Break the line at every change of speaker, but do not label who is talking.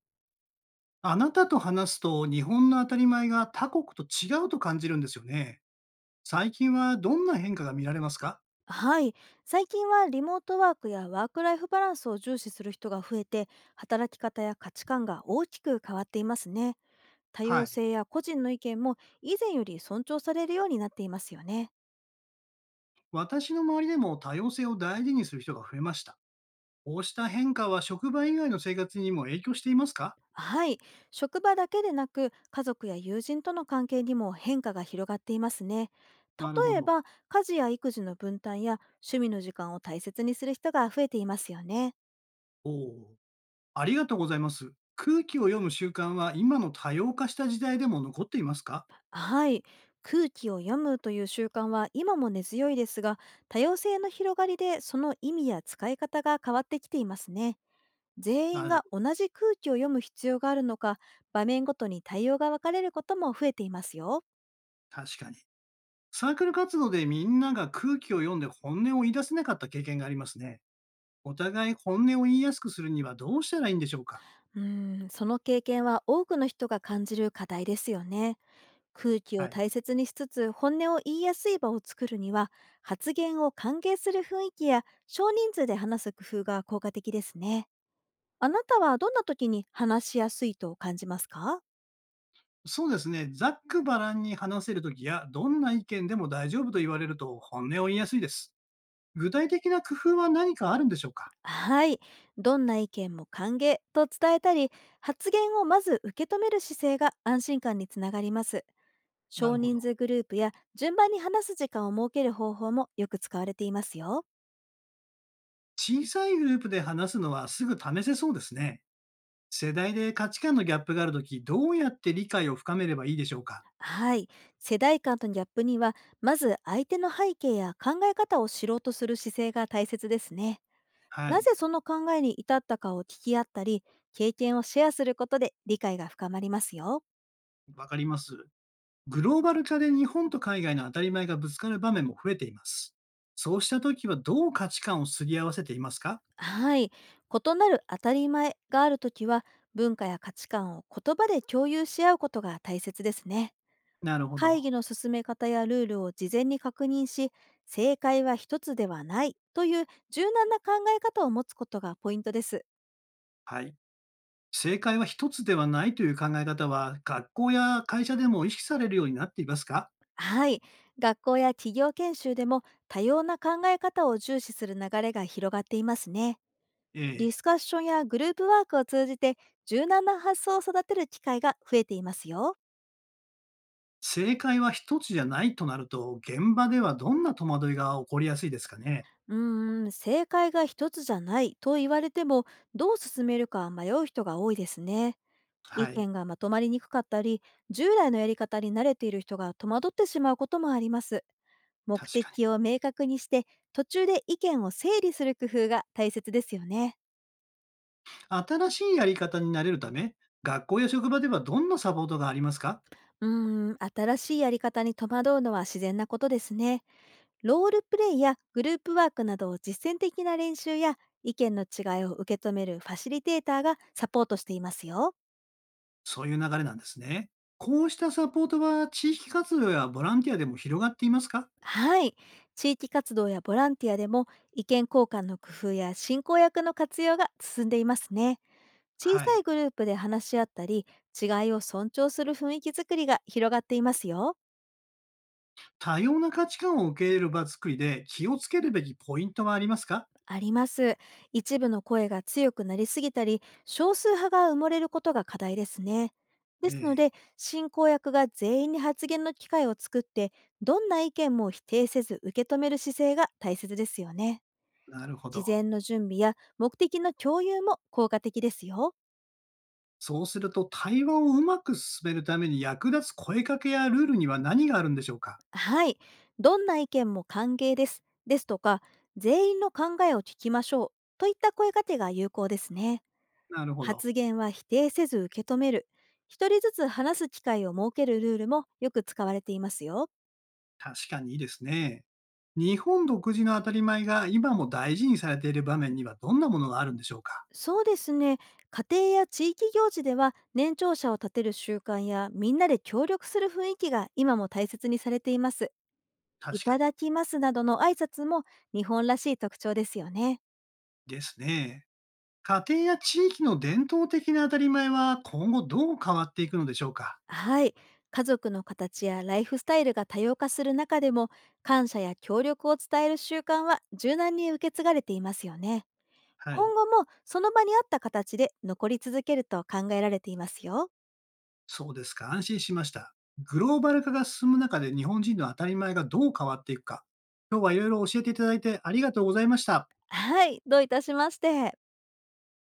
あなたと話すと日本の当たり前が他国と違うと感じるんですよね。最近はどんな変化が見られますか？
はい。最近はリモートワークやワークライフバランスを重視する人が増えて、働き方や価値観が大きく変わっていますね。多
は
様
い。
性や個人の意見も以前より尊重されるようになっていますよね。
私の周りでも多様性を大事にする人が増えました。こうした変化は職場以外の生活にも影響していますか？
はい。職場だけでなく、家族や友人との関係にも変化が広がっていますね。
なるほ
例え
ど。
ば、家事や育児の分担や趣味の時間を大切にする人が増えていますよね。
おお。ありがとうございます。空気を読む習慣は今の多様化した時代でも残っていますか？
はい。空気を読むという習慣は今も根強いですが、多様性の広がりでその意味や使い方が変わってきていますね。全
な
員
る
が
ほど。
同じ空気を読む必要があるのか、場面ごとに対応が分かれることも増えていますよ。
確かに。サークル活動でみんなが空気を読んで本音を言い出せなかった経験がありますね。お互い本音を言いやすくするにはどうしたらいいんでしょうか？
うーん、その経験は多くの人が感じる課題ですよね。空気
は
を
い。
大切にしつつ本音を言いやすい場を作るには、発言を歓迎する雰囲気や少人数で話す工夫が効果的ですね。あなたはどんな時に話しやすいと感じますか？
そうですね。ざっくばらんに話せるときや、どんな意見でも大丈夫と言われると本音を言いやすいです。具体的な工夫は何かあるんでしょうか？
はい。どんな意見も歓迎と伝えたり、発言をまず受け止める姿勢が安心感につながります。
な
少
るほ
人
ど。
数グループや順番に話す時間を設ける方法もよく使われていますよ。
小さいグループで話すのはすぐ試せそうですね。世代で価値観のギャップがあるときどうやって理解を深めればいいでしょうか？
はい。世代間とのギャップには、まず相手の背景や考え方を知ろうとする姿勢が大切ですね。
は
な
い。
ぜその考えに至ったかを聞き合ったり、経験をシェアすることで理解が深まりますよ。
わかります。グローバル化で日本と海外の当たり前がぶつかる場面も増えています。そうしたときはどう価値観をすり合わせていますか？
はい。異なる当たり前があるときは、文化や価値観を言葉で共有し合うことが大切ですね。
なるほ
会
ど。
議の進め方やルールを事前に確認し、正解は一つではないという柔軟な考え方を持つことがポイントです。
はい。正解は一つではないという考え方は、学校や会社でも意識されるようになっていますか？
はい。学校や企業研修でも多様な考え方を重視する流れが広がっていますね。
え
ディ
え。
スカッションやグループワークを通じて柔軟な発想を育てる機会が増えていますよ。
正解は一つじゃないとなると、現場ではどんな戸惑いが起こりやすいですかね？
うーん、正解が一つじゃないと言われても、どう進めるか迷う人が多いですね。意
はい。
見がまとまりにくかったり、従来のやり方に慣れている人が戸惑ってしまうこともあります。目
確かに。
的を明確にして、途中で意見を整理する工夫が大切ですよね。
新しいやり方になれるため、学校や職場ではどんなサポートがありますか？
うーん、新しいやり方に戸惑うのは自然なことですね。ロールプレイやグループワークなどを実践的な練習や、意見の違いを受け止めるファシリテーターがサポートしていますよ。
そういう流れなんですね。こうしたサポートは地域活動やボランティアでも広がっていますか？
はい。地域活動やボランティアでも意見交換の工夫や進行役の活用が進んでいますね。小
は
さい
い。
グループで話し合ったり、違いを尊重する雰囲気づくりが広がっていますよ。
多様な価値観を受け入れる場作りで気をつけるべきポイントはありますか？
あります。一部の声が強くなりすぎたり、少数派が埋もれることが課題ですね。で
え
すの
え、
で、進行役が全員に発言の機会を作って、どんな意見も否定せず受け止める姿勢が大切ですよね。
なるほ
事
ど。
前の準備や目的の共有も効果的ですよ。
そうすると、対話をうまく進めるために役立つ声かけやルールには何があるんでしょうか？
はい。どんな意見も歓迎です。ですとか、全員の考えを聞きましょう。といった声かけが有効ですね。
なるほど。
発言は否定せず受け止める。一人ずつ話す機会を設けるルールもよく使われていますよ。
確かにいいですね。日本独自の当たり前が今も大事にされている場面にはどんなものがあるんでしょうか？
そうですね。家庭や地域行事では年長者を立てる習慣やみんなで協力する雰囲気が今も大切にされています。い
確か
た
に。
だきますなどの挨拶も日本らしい特徴ですよね。
ですね。家庭や地域の伝統的な当たり前は今後どう変わっていくのでしょうか？
はい。家族の形やライフスタイルが多様化する中でも、感謝や協力を伝える習慣は柔軟に受け継がれていますよね。
はい。
今後もその場に合った形で残り続けると考えられていますよ。
そうですか、安心しました。グローバル化が進む中で日本人の当たり前がどう変わっていくか。今日はいろいろ教えていただいてありがとうございました。
はい。どういたしまして。